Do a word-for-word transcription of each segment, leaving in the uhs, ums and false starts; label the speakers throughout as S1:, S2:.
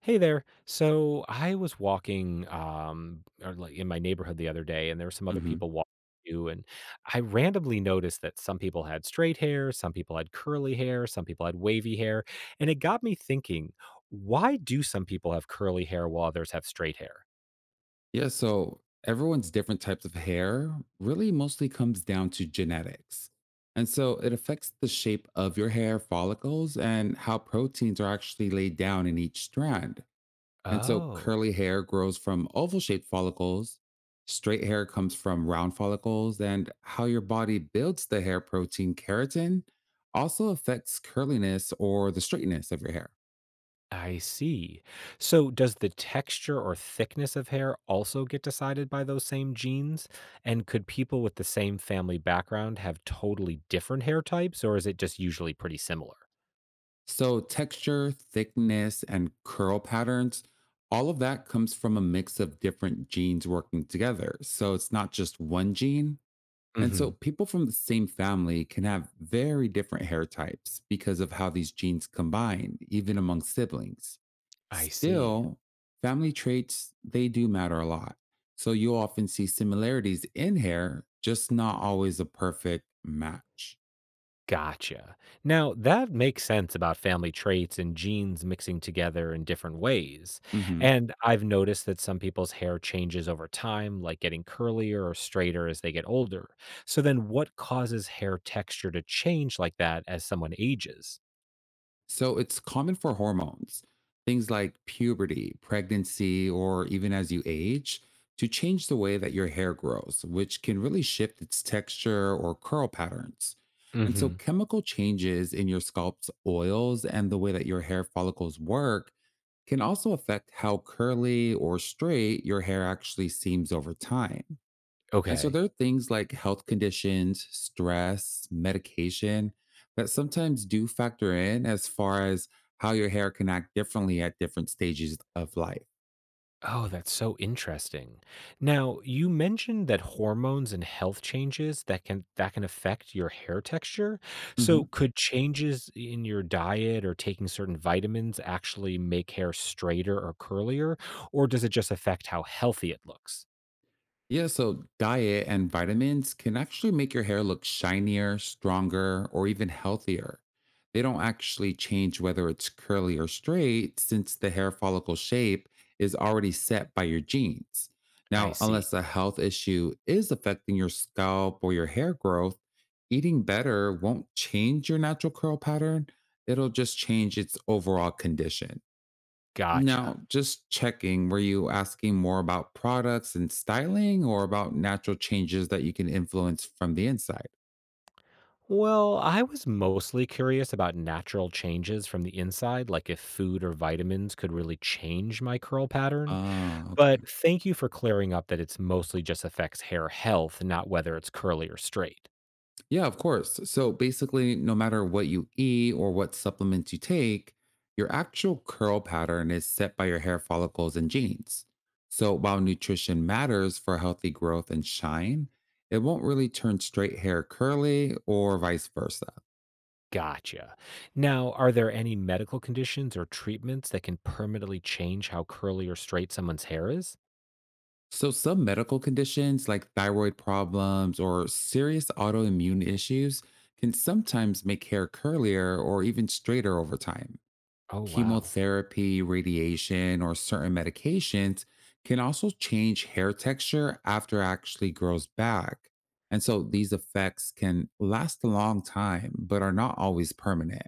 S1: Hey there. So I was walking um or like in my neighborhood the other day and there were some other
S2: hmm
S1: people walking too, and I randomly noticed that some people had straight hair, some people had curly hair, some people had wavy hair, and it got me thinking, why do some people have curly hair while others have straight hair?
S2: Yeah. So everyone's different types of hair really mostly comes down to genetics. And so it affects the shape of your hair follicles and how proteins are actually laid down in each strand. And so
S1: Oh.
S2: curly hair grows from oval shaped follicles, straight hair comes from round follicles, and how your body builds the hair protein keratin also affects curliness or the straightness of your hair.
S1: I see. So, does the texture or thickness of hair also get decided by those same genes? And could people with the same family background have totally different hair types, or is it just usually pretty similar?
S2: So, texture, thickness, and curl patterns, all of that comes from a mix of different genes working together. So, it's not just one gene. And so,
S1: Hmm.
S2: people from the same family can have very different hair types because of how these genes combine, even among siblings.
S1: I see.
S2: Still, family traits, they do matter a lot. So, you often see similarities in hair, just not always a perfect match.
S1: Gotcha. Now, that makes sense about family traits and genes mixing together in different ways.
S2: Mhm.
S1: And I've noticed that some people's hair changes over time, like getting curlier or straighter as they get older. So, then what causes hair texture to change like that as someone ages?
S2: So it's common for hormones, things like puberty, pregnancy, or even as you age, to change the way that your hair grows, which can really shift its texture or curl patterns. And so
S1: Hmm.
S2: chemical changes in your scalp's oils and the way that your hair follicles work can also affect how curly or straight your hair actually seems over time. And so
S1: Okay.
S2: there are things like health conditions, stress, medication that sometimes do factor in as far as how your hair can act differently at different stages of life.
S1: Oh, that's so interesting. Now, you mentioned that hormones and health changes that can that can affect your hair texture. So, could changes in your diet or taking certain vitamins actually make hair straighter or curlier, or does it just affect how healthy it looks?
S2: Yeah, so diet and vitamins can actually make your hair look shinier, stronger, or even healthier. They don't actually change whether it's curly or straight, since the hair follicle shape is already set by your genes.
S1: I
S2: Now,
S1: see.
S2: unless a health issue is affecting your scalp or your hair growth, eating better won't change your natural curl pattern. It'll just change its overall condition.
S1: Gotcha.
S2: Now, just checking, were you asking more about products and styling or about natural changes that you can influence from the inside?
S1: Well, I was mostly curious about natural changes from the inside, like if food or vitamins could really change my curl pattern.
S2: Ah,
S1: But
S2: okay.
S1: thank you for clearing up that it's mostly just affects hair health, not whether it's curly or straight.
S2: Yeah, of course. So basically, no matter what you eat or what supplements you take, your actual curl pattern is set by your hair follicles and genes. So while nutrition matters for healthy growth and shine, it won't really turn straight hair curly or vice versa.
S1: Gotcha. Now, are there any medical conditions or treatments that can permanently change how curly or straight someone's hair is?
S2: So, some medical conditions like thyroid problems or serious autoimmune issues can sometimes make hair curlier or even straighter over time.
S1: Oh, wow.
S2: Chemotherapy, radiation, or certain medications can also change hair texture after it actually grows back. And so, these effects can last a long time, but are not always permanent.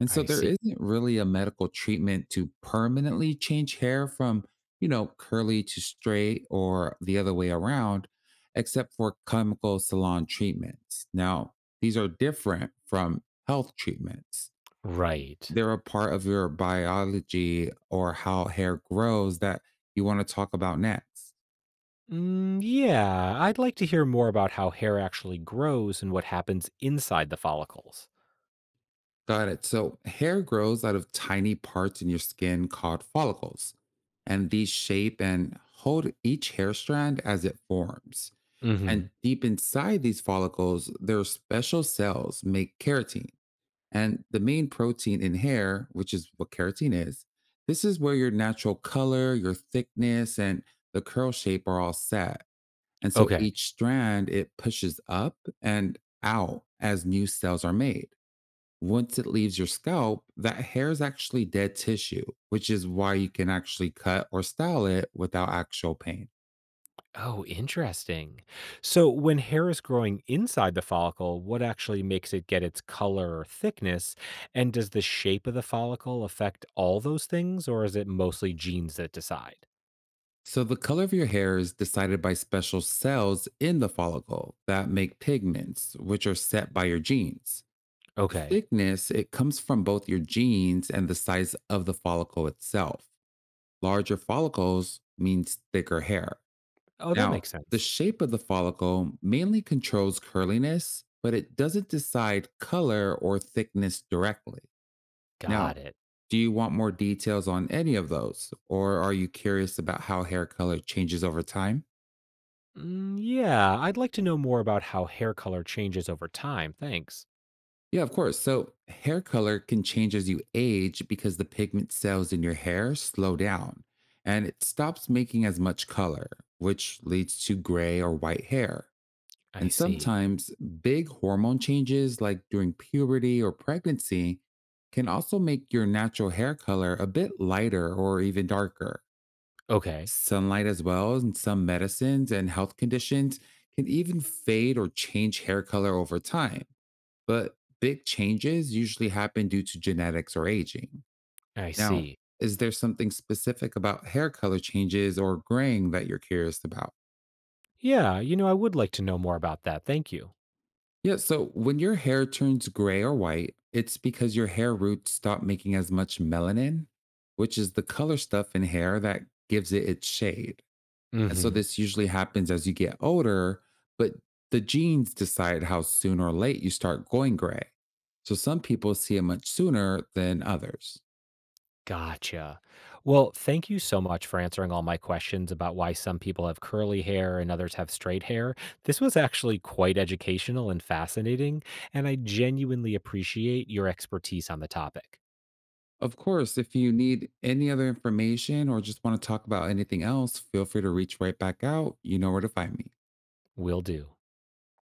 S2: And so
S1: I
S2: there
S1: see.
S2: isn't really a medical treatment to permanently change hair from, you know, curly to straight or the other way around, except for chemical salon treatments. Now, these are different from health treatments.
S1: Right.
S2: They're a part of your biology or how hair grows that you want to talk about next.
S1: Mm, yeah, I'd like to hear more about how hair actually grows and what happens inside the follicles.
S2: Got it. So, hair grows out of tiny parts in your skin called follicles, and these shape and hold each hair strand as it forms.
S1: Hmm.
S2: And deep inside these follicles, their special cells make keratin. And the main protein in hair, which is what keratin is, this is where your natural color, your thickness, and the curl shape are all set. And so
S1: Okay.
S2: each strand, it pushes up and out as new cells are made. Once it leaves your scalp, that hair is actually dead tissue, which is why you can actually cut or style it without actual pain.
S1: Oh, interesting. So, when hair is growing inside the follicle, what actually makes it get its color or thickness? And does the shape of the follicle affect all those things, or is it mostly genes that decide?
S2: So, the color of your hair is decided by special cells in the follicle that make pigments, which are set by your genes. The
S1: Okay.
S2: thickness, it comes from both your genes and the size of the follicle itself. Larger follicles means thicker hair.
S1: Oh, that
S2: Now,
S1: makes
S2: the
S1: sense.
S2: shape of the follicle mainly controls curliness, but it doesn't decide color or thickness directly.
S1: Got
S2: Now,
S1: it.
S2: do you want more details on any of those, or are you curious about how hair color changes over time?
S1: Mm, yeah, I'd like to know more about how hair color changes over time. Thanks.
S2: Yeah, of course. So, hair color can change as you age because the pigment cells in your hair slow down and it stops making as much color, which leads to gray or white hair.
S1: I
S2: And
S1: see.
S2: sometimes big hormone changes, like during puberty or pregnancy, can also make your natural hair color a bit lighter or even darker.
S1: Okay.
S2: Sunlight, as well, and some medicines and health conditions can even fade or change hair color over time. But big changes usually happen due to genetics or aging.
S1: I
S2: Now,
S1: see.
S2: is there something specific about hair color changes or graying that you're curious about?
S1: Yeah, you know, I would like to know more about that. Thank you.
S2: Yeah, so when your hair turns gray or white, it's because your hair roots stop making as much melanin, which is the color stuff in hair that gives it its shade.
S1: Mm
S2: And so
S1: hmm.
S2: this usually happens as you get older, but the genes decide how soon or late you start going gray. So some people see it much sooner than others.
S1: Gotcha. Well, thank you so much for answering all my questions about why some people have curly hair and others have straight hair. This was actually quite educational and fascinating, and I genuinely appreciate your expertise on the topic.
S2: Of course, if you need any other information or just want to talk about anything else, feel free to reach right back out. You know where to find me.
S1: Will do.